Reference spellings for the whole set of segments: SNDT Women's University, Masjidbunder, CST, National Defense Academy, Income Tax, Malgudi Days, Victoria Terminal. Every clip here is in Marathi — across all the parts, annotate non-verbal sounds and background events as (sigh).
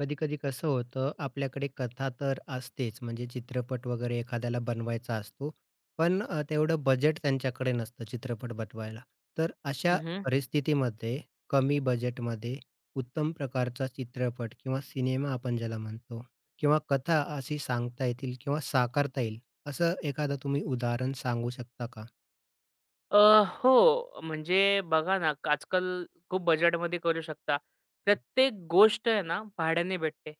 कधी-कधी कसं होतं, आपल्याकडे कथा तर असतेच, म्हणजे चित्रपट वगैरे एखाद्याला बनवायचा असतो. पण तेवढं बजेट त्यांच्याकडे नसतं चित्रपट बनवायला. तर अशा हं, हं. परिस्थितीमध्ये कमी बजेटमध्ये उत्तम प्रकारचा चित्रपट किंवा सिनेमा आपण ज्याला म्हणतो किंवा कथा अशी सांगता येतील किंवा साकारता येईल, असं एखादं तुम्ही उदाहरण सांगू शकता का? अ, हो, म्हणजे बघा ना, आजकाल खूप बजेटमध्ये करू शकता. प्रत्येक गोष्ट आहे ना, भाड्याने भेटते.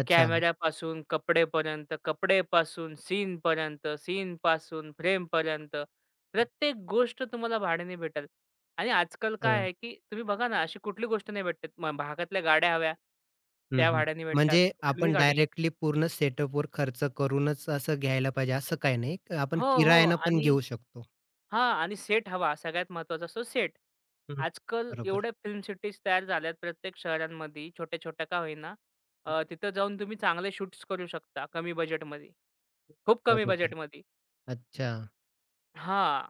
अच्छा. कॅमेरापासून कपडेपर्यंत, कपडेपासून सीनपर्यंत, सीनपासून फ्रेमपर्यंत प्रत्येक गोष्ट तुम्हाला भाड्याने भेटेल. आणि आजकाल काय आहे, की तुम्ही बघा ना, अशी कुठली गोष्ट नाही भेटत. मग भागातल्या गाड्या हव्या, हं, त्या हं. भाड्याने भेटतात. म्हणजे कुठलीही आपण गाडी. डायरेक्टली पूर्ण सेटअपवर खर्च करूनच असं घ्यायला पाहिजे असं काही नाही. आपण हो, हो. किरायानं पण आणि घेऊ शकतो. हां, आणि सेट हवा सगळ्यात महत्त्वाचा असतो सेट. हं. आजकाल बरोबर, एवढ्या फिल्म सिटीज तयार झाल्यात प्रत्येक शहरांमध्ये छोट्या-छोट्या का होईना. तिथं जाऊन तुम्ही चांगले शूट्स करू शकता कमी बजेटमध्ये, खूप कमी बरोबर. बजेटमध्ये. अच्छा. हां.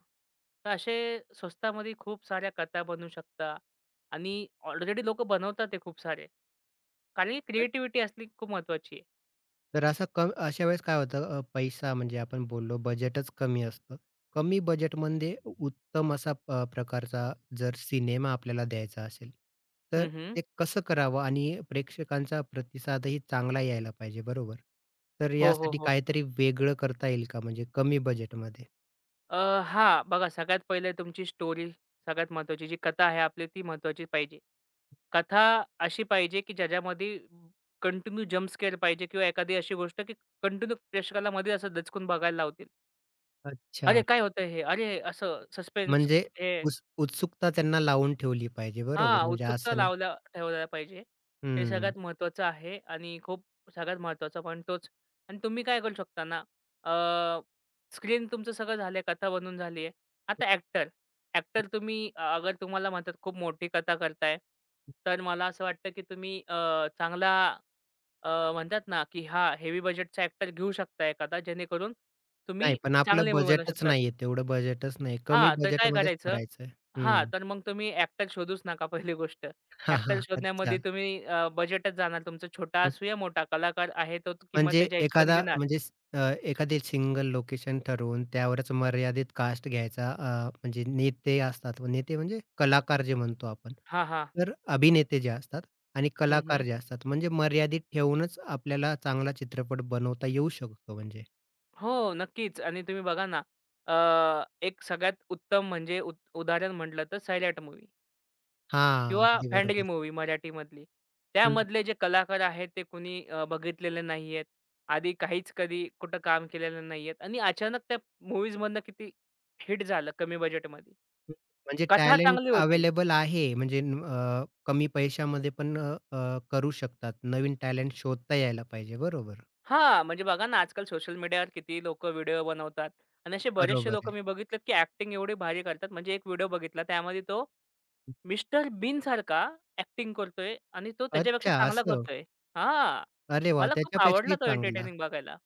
तर असे स्वस्तामध्ये खूप साऱ्या कथा बनवू शकता आणि ऑलरेडी लोकं बनवतात ते खूप सारे. कारण की क्रिएटिव्हिटी असली खूप महत्त्वाची आहे. तर असं क अशा वेळेस काय होतं, पैसा म्हणजे आपण बोललो बजेटच कमी असतं. कमी बजेटमध्ये उत्तम असा प्रकारचा जर सिनेमा आपल्याला द्यायचा असेल, तर हं, हं. ते कसं करावं आणि प्रेक्षकांचा प्रतिसादही चांगला यायला पाहिजे बरोबर. तर हो, हो, यासाठी हो. काहीतरी वेगळं करता येईल का म्हणजे कमी बजेटमध्ये? अ, हां. बघा सगळ्यात पहिले तुमची स्टोरी सगळ्यात महत्त्वाची. जी कथा आहे आपली ती महत्त्वाची पाहिजे. कथा अशी पाहिजे, की ज्याच्यामध्ये कंटिन्यू जंप स्केअर पाहिजे किंवा एखादी अशी गोष्ट, की कंटिन्यू प्रेक्षकाला मध्ये असं दचकून बघायला लावतील. अच्छा. "अरे, काय होतंय हे? अरे, असं सस्पेन्स म्हणजे हे." उत्सुकता त्यांना लावून ठेवली पाहिजे. बरोबर. हां, म्हणजे उत्सुकता असं नाही. लावल्या ठेवायला पाहिजे. ते हं. सगळ्यात महत्त्वाचं आहे आणि खूप सगळ्यात महत्त्वाचा पॉईंट तोच. आणि तुम्ही काय करू शकता ना, स्क्रीन तुमचं सगळं झालं कथा बनून झाली आहे. आता ॲक्टर, ॲक्टर तुम्ही अगर तुम्हाला म्हणतात खूप मोठी कथा करताय, तर मला असं वाटतं की तुम्ही चांगला म्हणतात ना, की हां, हेवी बजेटचा ॲक्टर घेऊ शकता एखादा, जेणेकरून नाही, तुम्ही पण आपलं चांगले मूव्ही बनवू बजेटच शकतात. नाहीये. तेवढं बजेटच नाही. कमी हा, तर काय बजेटमध्येच करायचं? करायचंय. हां, हं. तर मग तुम्ही ॲक्टर शोधूच नका पहिली गोष्ट. हां, ॲक्टर हां. अच्छा. शोधण्यामध्ये तुम्ही बजेटच जाणार तुमचा छोटा हं. असू या मोठा, कलाकार आहे तो किंमत म्हणजे त्याच्या हिशोबाने एखादा घेणार. म्हणजे एखादी सिंगल लोकेशन ठरवून त्यावरच मर्यादित कास्ट घ्यायचा, म्हणजे नेते असतात. नेते म्हणजे कलाकार जे म्हणतो आपण. हा, हां. तर अभिनेते जे असतात आणि हं, कलाकार हं. जे असतात म्हणजे मर्यादित ठेवूनच आपल्याला चांगला चित्रपट बनवता येऊ शकतो म्हणजे. हो, नक्कीच आणि तुम्ही बघा ना, अ, एक सगळ्यात उत्तम म्हणजे उदाहरण म्हटलं तर सायलेंट मूव्ही. हां, किंवा अगदी फँडरी बरोबर. मूव्ही मराठीमधली. हं, त्यामधले जे कलाकार आहेत ते कुणी बघितलेले नाहीयेत. आधी काहीच कधी कुठं काम केलेलं नाहीयेत आणि अचानक त्या मूव्हीजमधनं किती हिट झालं कमी बजेटमध्ये. हं. म्हणजे कथा टॅलेंट चांगली होती. अवेलेबल आहे, म्हणजे कमी पैशामध्ये पण अ, अ, करू शकतात. नवीन टॅलेंट शोधता यायला पाहिजे. बरोबर. हां, म्हणजे बघा ना आजकाल सोशल मीडियावर किती लोकं व्हिडिओ बनवतात आणि असे बरेचसे बरोबर लोकं आहे. मी बघितलेत, की ॲक्टिंग एवढी भारी करतात. म्हणजे एक व्हिडिओ बघितला त्यामध्ये तो मिस्टर बीन सारखा ॲक्टिंग करतोय आणि तो त्याच्यापेक्षा अच्छा चांगला असं. करतोय. हां, अरे वाह! मला खूप आवडला त्याच्यापेक्षाही तो चांगला. एंटरटेनिंग बघायला.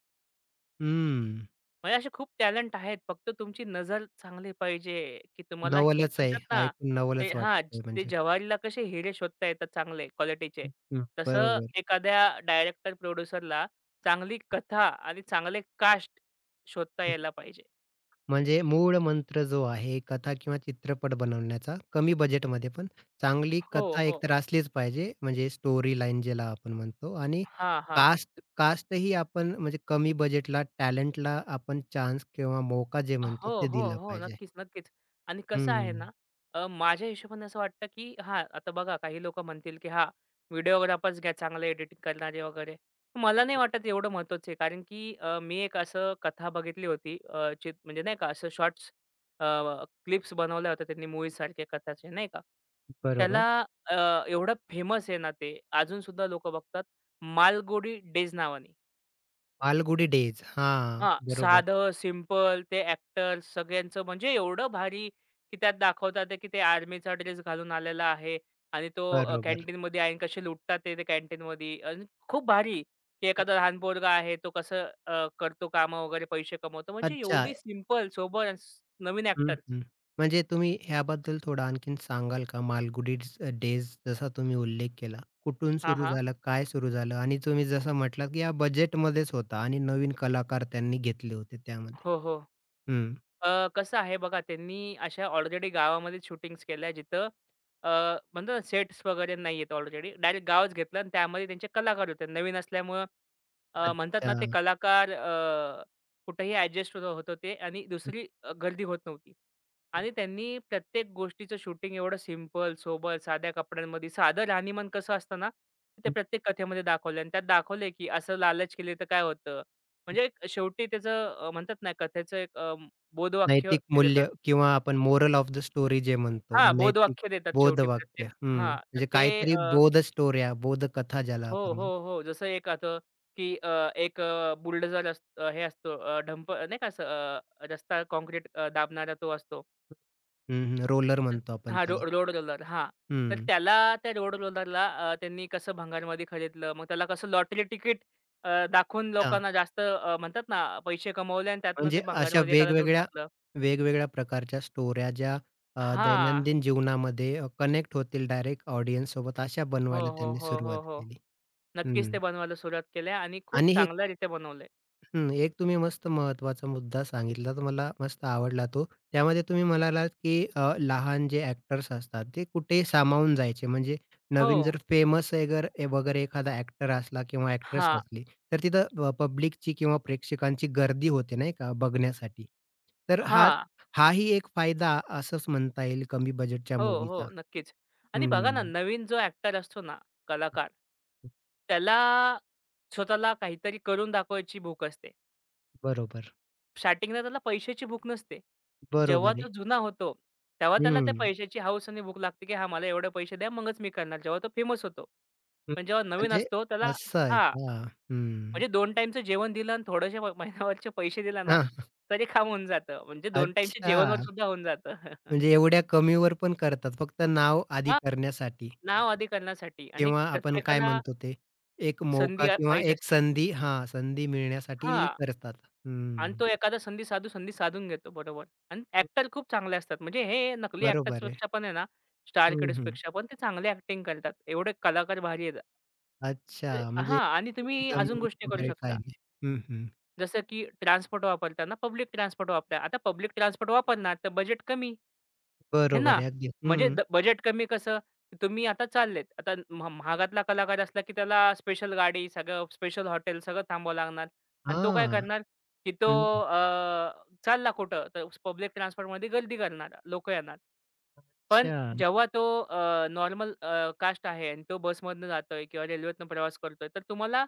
हं. म्हणजे असे खूप टॅलेंट आहेत. फक्त तुमची नजर चांगली पाहिजे, की तुम्हाला ही नवलच आहे. म्हणतात ना, ऐकून ते नवलच हां, वाटतंय ते म्हणजे. जवारीला कसे हिरे शोधता येतात चांगले क्वालिटीचे, हं, तसं बरोबर. एखाद्या डायरेक्टर, प्रोड्युसरला चांगली कथा आणि चांगले कास्ट शोधता यायला पाहिजे. म्हणजे मूळ मंत्र जो आहे, कथा किंवा चित्रपट बनवण्याचा कमी बजेटमध्ये पण चांगली हो, कथा हो. एकतर असलीच पाहिजे, म्हणजे स्टोरी लाईन ज्याला आपण म्हणतो, आणि हां, हां. कास्टही आपण म्हणजे कमी बजेटला, टॅलेंटला आपण चान्स किंवा मौका जे म्हणतो हो, ते हो, दिला हो. पाहिजे. नक्कीच, नक्कीच. आणि कसं हं, आहे ना, माझ्या हिशोबाने असं वाटतं, की हां, आता बघा काही लोकं म्हणतील, की हां, व्हिडिओग्राफर्स घ्या चांगले एडिटिंग करणारे वगैरे. मला नाही वाटत एवढं महत्त्वाचं आहे. कारण की मी एक असं कथा बघितली होती म्हणजे नाही का असं शॉर्ट्स क्लिप्स बनवल्या होत्या त्यांनी मूव्हीसारख्या कथाचे नाही का. त्याला बरोबर. अ, एवढं फेमस आहे ना ते अजूनसुद्धा लोकं बघतात. मालगुडी डेज नावाने. मालगुडी डेज. हां, हां, बरोबर, साधं, सिंपल ते ॲक्टर्स सगळ्यांचं म्हणजे एवढं भारी, की त्यात दाखवतात आहे, की ते आर्मीचा ड्रेस घालून आलेला आहे आणि तो बरोबर. कॅन्टीनमध्ये आहे आणि कसे लुटतात ते, ते कॅन्टीनमध्ये आणि खूप भारी, की एखादा लहान पोरगा आहे तो कसं करतो काम वगैरे पैसे कमवतो. म्हणजे अच्छा. एवढी सिंपल, सोबर आणि नवीन हं, ॲक्टर्स. हं. म्हणजे तुम्ही ह्याबद्दल थोडं आणखीन सांगाल का? मालगुडी डेज जसा तुम्ही उल्लेख केला. कुठून हां, सुरू हां. झालं? काय सुरू झालं? आणि तुम्ही जसं म्हटलात, की या बजेटमध्येच होता आणि नवीन कलाकार त्यांनी घेतले होते त्यामध्ये. हो, हो. हं. कसं आहे बघा, त्यांनी अशा ऑलरेडी गावामध्ये शूटिंग्स केल्या जिथं अ, म्हणतो ना सेट्स वगैरे नाहीयेत ऑलरेडी. डायरेक्ट गावच घेतलं आणि त्यामध्ये त्यांचे कलाकार होते. नवीन असल्यामुळं म्हणतात ना अच्छा. ते कलाकार कुठेही ॲडजस्ट होत होते आणि हं, दुसरी गर्दी होत नव्हती. हं, आणि त्यांनी प्रत्येक गोष्टीचं शूटिंग एवढं सिंपल, सोबर, साध्या कपड्यांमध्ये साधं राहणीमान कसं असतं ना, ते हं. प्रत्येक कथेमध्ये दाखवलं आणि त्यात दाखवलंय की असं लालच केली तर काय होतं? म्हणजे एक शेवटी त्याचं म्हणतात ना कथेचं एक बोधवाक्य नैतिक ते देतात. मूल्य किंवा आपण मोरल ऑफ द स्टोरी जे म्हणतो, हां, मग नैतिक बोधवाक्य देतात शेवटी बोधवाक्य. प्रत्येक हं. हां, तर म्हणजे ते काहीतरी बोध स्टोऱ्या, बोधकथा ज्याला हो, आपण हो, म्हणतो. हो. जसं एक आता की एक हे असतो ढंप नाही का असं रस्ता काँक्रीट दाबणारा तो असतो. हं, हं. रोलर म्हणतो आपण हां, त्याला. रोड रोलर हां. तर हं. त्याला त्या रोड रोलरला त्यांनी कसं भंगारमध्ये खरीदलं. मग त्याला कसं लॉटरी तिकीट दाखवून लोकांना जास्त म्हणतात ना पैसे कमवले आणि त्यातनं ते म्हणजे अशा भंगारमध्ये एकाला देऊन वेगवेगळ्या टाकलं. वेगवेगळ्या प्रकारच्या स्टोऱ्या ज्या हां. दैनंदिन जीवनामध्ये कनेक्ट होतील डायरेक्ट ऑडियन्स सोबत अशा हो, बनवायला हो, त्यांनी हो, हो, सुरुवात हो. केली. नक्कीच ते हं. बनवायला सुरुवात केल्या आणि खूप आणि हे, चांगल्यारीत्या बनवलंय. हं, एक तुम्ही मस्त महत्त्वाचा मुद्दा सांगितला, तर मला मस्त आवडला तो. त्यामध्ये तुम्ही म्हणालात, की लहान जे ॲक्टर्स असतात, ते कुठेही सामावून जायचे. म्हणजे हो. नवीन जर फेमस वगैरे एखादा ॲक्टर असला किंवा ॲक्ट्रेस हां. असली, तर तिथं पब्लिकची किंवा प्रेक्षकांची गर्दी होते नाही का बघण्यासाठी. तर हां. हाही एक फायदा असंच म्हणता येईल कमी बजेटच्या हो, मूव्हीचा. हो. नक्कीच. आणि बघा ना, हं, नवीन जो ॲक्टर असतो ना, कलाकार, त्याला स्वतःला काहीतरी करून दाखवायची भूक असते. बरोबर, स्टार्टिंगला त्याला पैशाची भूक नसते. जेव्हा बरोबर आहे. तो जुना होतो, तेव्हा त्याला त्या हं, पैशाची हौस आणि भूक लागते, की "हां, मला एवढे पैसे द्या, मगच मी करणार." जेव्हा तो फेमस होतो. हं. पण जेव्हा नवीन म्हणजे असतो त्याला असं आहे हां. का? हं. म्हणजे दोन टाईमचं जेवण दिलं आणि थोडेसे महिनाभरचे पैसे दिला ना, (laughs) तरी काम होऊन जातं. म्हणजे 2 टाईमच्या अच्छा. जेवणावर सुद्धा होऊन जातं. (laughs) म्हणजे एवढ्या कमीवर पण करतात फक्त नाव आदी हां. करण्यासाठी नाव अधिकरणासाठी आणि किंवा आपण काय प्रत्येकाला म्हणतो ते एक संधी मौका किंवा पाहिजे एक असते. संधी, हां, संधी मिळण्यासाठी हां. करतात. आणि हं. तो एखादा संधी साधून घेतो. बरोबर. आणि ॲक्टर खूप चांगले असतात. म्हणजे हे नकली बरोबर आहे. ॲक्टर्सपेक्षा पण आहे ना, स्टार हं, हं. किड्सपेक्षा पण ते चांगले ॲक्टिंग करतात. एवढे कलाकार भारी आहेत. ते अच्छा. म्हणजे हां. आणि तुम्ही नेपोटिझम अजून गोष्टी करू वगैरे काय शकता. नाही. हं, हं. जसं की ट्रान्सपोर्ट वापरताना पब्लिक ट्रान्सपोर्ट वापरा. आता पब्लिक ट्रान्सपोर्ट वापरणार तर बजेट कमी. हे बरोबर ना, आहे अगदी. हं. म्हणजे द बजेट कमी कसं? की तुम्ही आता चाललेत. आता महागातला कलाकार असला, की त्याला स्पेशल गाडी, सगळं स्पेशल हॉटेल सगळं थांबावं लागणार आणि तो काय हां. करणार, की तो हं. अ, चालला कुठं, तर पब्लिक ट्रान्सपोर्टमध्ये गर्दी करणार, लोकं येणार. पण अच्छा. जेव्हा तो नॉर्मल कास्ट आहे आणि तो बसमधनं जातोय किंवा रेल्वेतनं प्रवास करतोय, तर तुम्हाला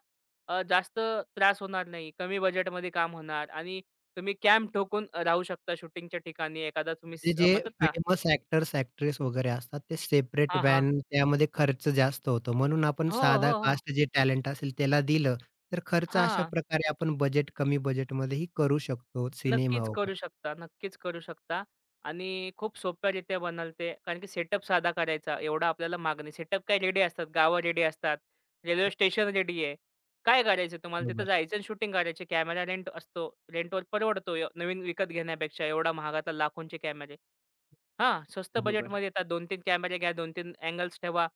जास्त त्रास होणार नाही. कमी बजेटमध्ये काम होणार आणि तुम्ही कॅम्प ठोकून राहू शकता शूटिंगच्या ठिकाणी. एखादा तुम्ही म्हणजे जे म्हणतात ना फेमस ॲक्टर्स, ॲक्ट्रेस वगैरे असतात ते सेपरेट हां, हां. व्हॅन, त्यामध्ये खर्च जास्त होतो. म्हणून आपण हो, साधा हो, हो. कास्ट जे टॅलेंट असेल त्याला दिलं, तर खर्च अशा हां. प्रकारे आपण कमी बजेटमध्येही करू शकतो सिनेमा नक्कीच करू वगैरे. शकता, नक्कीच करू शकता. आणि खूप सोप्यारीत्या बनल ते. कारण की सेटअप साधा करायचा, एवढा आपल्याला माग नाही. सेटअप काय रेडी असतात, गावं रेडी असतात, रेल्वे स्टेशन रेडी आहे. काय करायचं तुम्हाला? तिथं बरोबर, जायचं आणि शूटिंग करायची. कॅमेरा रेंट असतो. रेंटवर परवडतो य नवीन विकत घेण्यापेक्षा एवढा महागातला लाखोंचे कॅमेरे. हां, स्वस्त बरोबर. बजेटमध्ये येतात. 2-3 कॅमेरे घ्या, 2-3 अँगल्स ठेवा.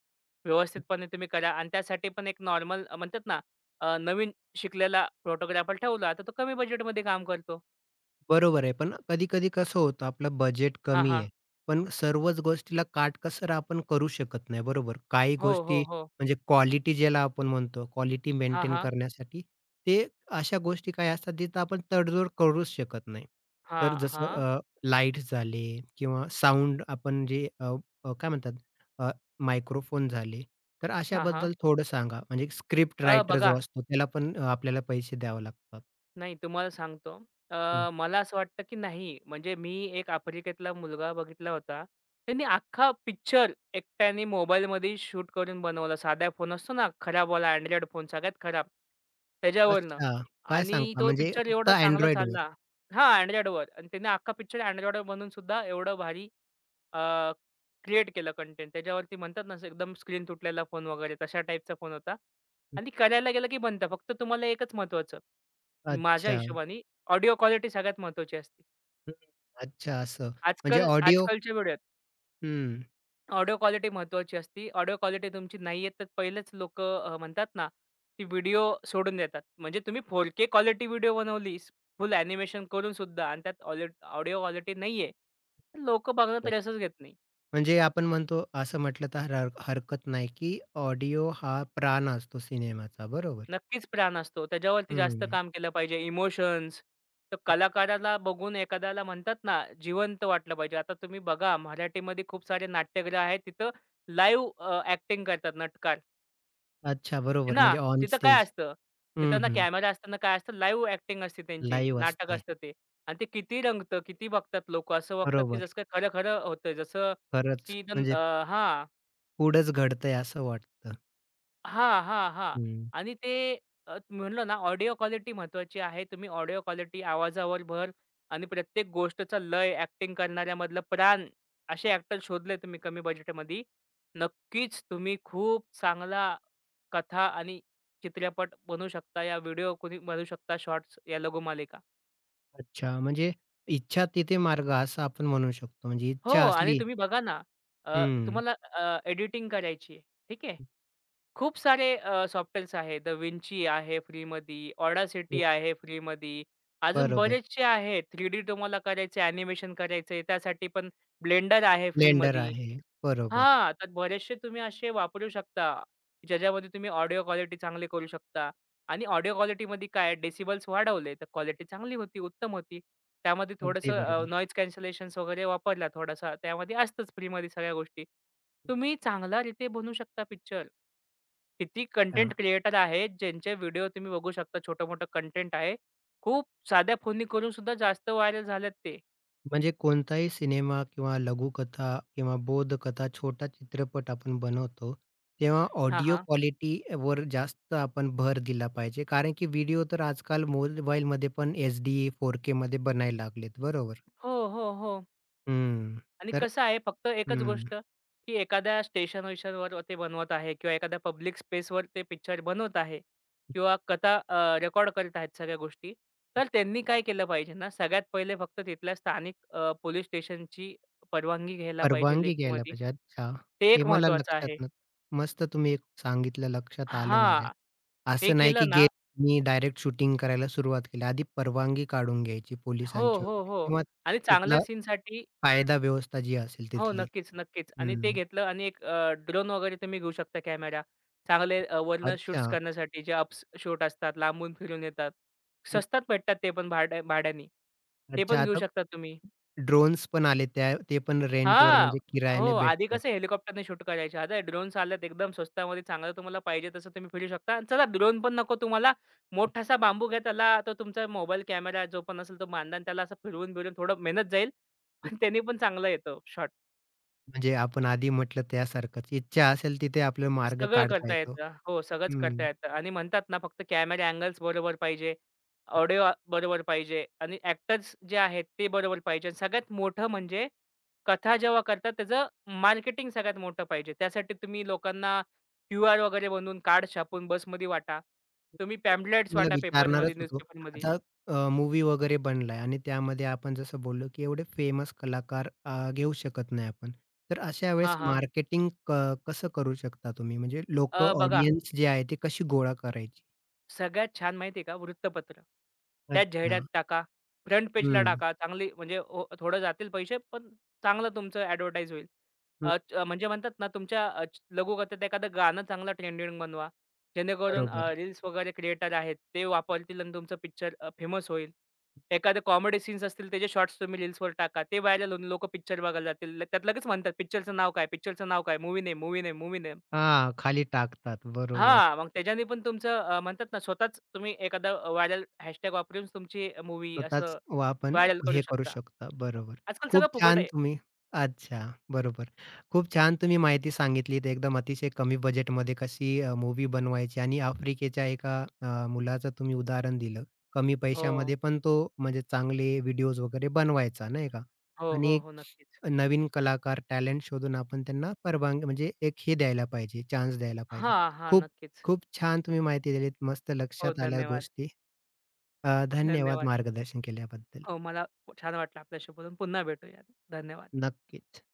व्यवस्थितपणे तुम्ही करा आणि त्यासाठी पण एक नॉर्मल म्हणतात ना, नवीन शिकलेला फोटोग्राफर ठेवला, तर तो कमी बजेटमध्ये काम करतो. बरोबर आहे. पण कधी-कधी कसं होतं, आपलं बजेट हां, कमी हां. आहे. पण सर्वच गोष्टीला काटकसर आपण करू शकत नाही, बरोबर? काही हो, हो, गोष्टी हो. म्हणजे क्वालिटी ज्याला आपण म्हणतो, क्वालिटी हां, मेंटेन हां. करण्यासाठी ते अशा गोष्टी काही असतात जिथं आपण तडजोड करूच शकत नाही. तर हां, जसं हां. लाईट्स झाले किंवा साउंड आपण जे अ, अ, काय म्हणतात अ, मायक्रोफोन झाले. तर हां, हां. अशाबद्दल थोडं सांगा. म्हणजे स्क्रिप्ट रायटर बघा जो असतो त्याला पण आपल्याला पैसे द्यावे लागतात. नाही तुम्हाला सांगतो. मला असं वाटतं, की नाही म्हणजे मी एक आफ्रिकेतला मुलगा बघितला होता. त्यांनी अख्खा पिक्चर एकट्याने मोबाईलमध्ये शूट करून बनवला. साधा फोन असतो ना खराबवाला Android फोन सगळ्यात खराब त्याच्यावरनं अच्छा. काय आणि सांगता? तो म्हणजे पिक्चर फक्त एवढा चांगला Androidवर? चालला हां, Androidवर आणि त्याने अख्खा पिक्चर Androidवर बनवून सुद्धा एवढं भारी क्रिएट केलं कंटेंट. त्याच्यावरती म्हणतात ना, असं एकदम स्क्रीन तुटलेला फोन वगैरे तशा टाईपचा फोन होता. आणि करायला गेलं की बनतं. फक्त तुम्हाला एकच महत्वाचं, माझ्या अच्छा. हिशोबाने ऑडिओ क्वालिटी सगळ्यात महत्त्वाची असते. हं. अच्छा असं. म्हणजे ऑडिओ. आजकालच्या व्हिडिओत हं. ऑडिओ क्वालिटी महत्त्वाची असते. ऑडिओ क्वालिटी तुमची नाही येत तर पहिलेच लोकं म्हणतात ना, ती व्हिडिओ सोडून देतात. म्हणजे तुम्ही 4K क्वालिटी व्हिडिओ बनवली, फुल ॲनिमेशन करून सुद्धा आणि त्यात ऑलि ऑडिओ क्वालिटी नाहीये, तर लोकं बघणं तर बरोबर. रसच घेत नाही. म्हणजे आपण म्हणतो असं म्हटलं तर हरकत नाही, की ऑडिओ हा प्राण असतो सिनेमाचा. बरोबर. नक्कीच प्राण असतो. त्याच्यावरती जास्त हं. काम केलं पाहिजे. इमोशन्स, तर कलाकाराला बघून एखाद्याला म्हणतात ना, जिवंत वाटलं पाहिजे. आता तुम्ही बघा, मराठीमध्ये खूप सारे नाट्यगृह आहेत. तिथं लाईव्ह ॲक्टिंग करतात नाटकार, अच्छा, आहे बरोबर. ना. म्हणजे ऑन तिथं काय स्टेज. असतं? हं, तिथं ना हं. कॅमेरा असतं काय असतं, लाईव्ह ॲक्टिंग असते त्यांची. लाईव्ह नाटक असते. असतं ते आणि ते किती रंगतं, किती बघतात लोकं. असं बघतात, की बरोबर. जसं काय खरं-खरं होतंय. जसं खरंच. की अ, म्हणजे हां. पुढंच घडतंय असं वाटतं. हां, हां, हां. हं. आणि ते म्हणलं ना ऑडिओ क्वालिटी महत्वाची आहे. तुम्ही ऑडिओ क्वालिटी आवाजावर भर आणि प्रत्येक गोष्टचा लय, ॲक्टिंग करणाऱ्यामधलं प्राण असे ॲक्टर शोधले तुम्ही कमी बजेटमध्ये, नक्कीच तुम्ही खूप चांगला कथा आणि चित्रपट बनवू शकता. या व्हिडिओ कोणी बनवू शकता शॉर्ट्स या लघुमालिका. अच्छा. म्हणजे इच्छा तिथे मार्ग, असं आपण म्हणू शकतो. म्हणजे हो इच्छा आणि असली. तुम्ही बघा ना हं. तुम्हाला एडिटिंग करायची आहे. ठीक आहे. खूप सारे सॉफ्टवेअर्स आहे. द विंची आहे फ्रीमध्ये, ऑडासिटी आहे फ्रीमध्ये. अजून बरोबर. बरेचसे आहेत. 3D तुम्हाला करायचे, ॲनिमेशन करायचे आहे, त्यासाठी पण ब्लेंडर आहे ब्लेंडर फ्रीमध्ये. आहे. बरोबर. हां, तर बरेचसे तुम्ही असे वापरू शकता, ज्याच्यामध्ये तुम्ही ऑडिओ क्वालिटी चांगली करू शकता आणि ऑडिओ क्वालिटीमध्ये काय डेसिबल्स वाढवले, तर क्वालिटी चांगली होती, उत्तम होती. त्यामध्ये अगदी थोडंसं बरोबर. नॉईज कॅन्सलेशन्स वगैरे वापरला थोडासा, त्यामध्ये असतंच फ्रीमध्ये सगळ्या गोष्टी. तुम्ही चांगला रीते बनवू शकता पिक्चर. किती हां. कंटेंट क्रिएटर आहेत, ज्यांचे व्हिडिओ तुम्ही बघू शकता. छोटं-मोठं कंटेंट आहे. खूप साध्या फोनी करून सुद्धा जास्त व्हायरल झाल्यात ते. म्हणजे कोणताही सिनेमा किंवा लघुकथा किंवा बोधकथा, छोटा चित्रपट आपण बनवतो, तेव्हा हां, ऑडिओ हां. क्वालिटीवर जास्त आपण भर दिला पाहिजे. कारण की व्हिडिओ तर आजकाल मोबाईलमध्ये पण HD, 4Kमध्ये बनायला लागलेत. बरोबर. हो, हो, हो. हं. आणि तर कसं आहे फक्त एकच हं. गोष्ट, की एखाद्या स्टेशन-वेशनवर ते बनवत आहे किंवा एखाद्या पब्लिक स्पेसवर ते पिक्चर बनवत आहे किंवा कथा रेकॉर्ड करत आहेत सगळ्या गोष्टी. तर त्यांनी काय केलं पाहिजे ना, सगळ्यात पहिले फक्त तिथल्या स्थानिक पोलीस स्टेशनची परवानगी घ्यायला पाहिजे परवानगी घ्यायला लेखीमध्ये. पाहिजे. अच्छा. ते हे एक मला महत्त्वाचं लक्षात आहे. न मस्त तुम्ही एक सांगितलं, लक्षात आलं माझ्या. हां. ते असं नाही की केलं ना गेमनी डायरेक्ट शूटिंग करायला सुरुवात केली. आधी परवानगी काढून घ्यायची हो, पोलिसांची हो, वगैरे हो. किंवा आणि तिथला चांगल्या सीनसाठी कायदा व्यवस्था जी असेल हो, तिथली. नक्कीच, नक्कीच. आणि ते हं. घेतलं आणि एक ड्रोन वगैरे तुम्ही घेऊ शकता कॅमेरा. चांगले वरनं अच्छा. शूट्स करण्यासाठी जे अप्स शूट असतात, लांबून फिरून येतात. हं. स्वस्तात भेटतात ते पण भाड्याने. ते अच्छा. पण घेऊ आता शकता तुम्ही. ड्रोन्स पण आले त्या, ते पण रेंटवर हां. म्हणजे हो, किरायाने आधी कसं भेटतात. हेलिकॉप्टरने शूट करायचे. आता ड्रोन्स आल्यात एकदम स्वस्तामध्ये चांगलं तुम्हाला पाहिजे तसं तुम्ही फिरू शकता. आणि चला ड्रोन पण नको तुम्हाला, मोठासा बांबू घ्या त्याला तो तुमचा मोबाईल कॅमेरा जो पण असेल तो बांधा आणि त्याला असं फिरवून-बिरवून थोडं मेहनत जाईल. हं. पण त्याने पण चांगला येतो म्हणजे आपण आधी म्हटलं त्यासारखंच. इच्छा असेल तिथे आपला मार्ग सगळं काढता करता येतो. येतं. हो, सगळंच हं. करता येतं आणि म्हणतात ना फक्त कॅमेरा अँगल्स बरोबर पाहिजे, ऑडिओ बरोबर पाहिजे आणि ॲक्टर्स जे आहेत ते बरोबर पाहिजे. आणि सगळ्यात मोठं म्हणजे कथा जेव्हा करतात त्याचं मार्केटिंग सगळ्यात मोठं पाहिजे. त्यासाठी तुम्ही लोकांना क्यूआर वगैरे बनवून कार्ड छापून बसमध्ये वाटा. तुम्ही पॅम्पलेट्स तुम्हाला वाटा विचारणारच पेपरमध्ये, होतो. न्यूजपेपरमध्ये. आता अ, वगैरे बनलाय आणि त्यामध्ये आपण जसं बोललो, की एवढे फेमस कलाकार घेऊ शकत नाही आपण. तर अशा वेळेस हां, हां. मार्केटिंग क कसं करू शकता तुम्ही? म्हणजे लोकं, बघा ऑडियन्स जी आहे, ती कशी गोळा करायची? सगळ्यात छान माहिती आहे का वृत्तपत्र. त्यात जाहिरात अच्छा. टाका. फ्रंट पेजला हं, टाका. चांगली म्हणजे ओ थोडं जातील पैसे, पण चांगलं तुमचं ॲडव्हर्टाइज होईल. हं. म्हणजे म्हणतात ना तुमच्या लघुकथेत एखादं गाणं चांगलं ट्रेंडिंग बनवा. जेणेकरून बरोबर. रील्स वगैरे क्रिएटर आहेत ते वापरतील आणि तुमचं पिक्चर फेमस होईल. एखादे कॉमेडी सीन्स असतील त्याचे शॉर्ट्स तुम्ही रील्सवर टाका. ते व्हायरल होऊन लोकं पिक्चर बघायला जातील. त्यात लगेच म्हणतात पिक्चरचं नाव काय? पिक्चरचं नाव काय? Movie name, movie name, movie name. हां, खाली टाकतात. बरोबर. हां, मग त्याच्याने पण तुमचं म्हणतात ना, स्वतःच तुम्ही एखादा व्हायरल हॅशटॅग वापरून तुमची मूव्ही स्वतःच असं वा आपण व्हायरल करू हे करू शकता. शकता. बरोबर. आजकाल सगळं खूप फुकट छान आहे. तुम्ही अच्छा, बरोबर. खूप छान तुम्ही माहिती सांगितलीत. एकदम अतिशय कमी बजेटमध्ये कशी मूव्ही बनवायची, आणि आफ्रिकेच्या एका मुलाचं तुम्ही उदाहरण दिलं. कमी हो. पैशामध्ये पण तो म्हणजे चांगले व्हिडिओज वगैरे बनवायचा नाही का? हो, हो, आणि हो. नक्कीच. नवीन कलाकार टॅलेंट शोधून आपण त्यांना परवानगी म्हणजे एक हे द्यायला पाहिजे, चान्स द्यायला हा, पाहिजे. हा, खूप नक्कीच. खूप छान तुम्ही माहिती दिलीत. मस्त हो, लक्षात आल्या धन्यवाद. गोष्टी. धन्यवाद धन्यवाद. मार्गदर्शन केल्याबद्दल. हो, मला छान वाटलं आपल्याशी बोलून. पुन्हा भेटूयात. धन्यवाद. नक्कीच.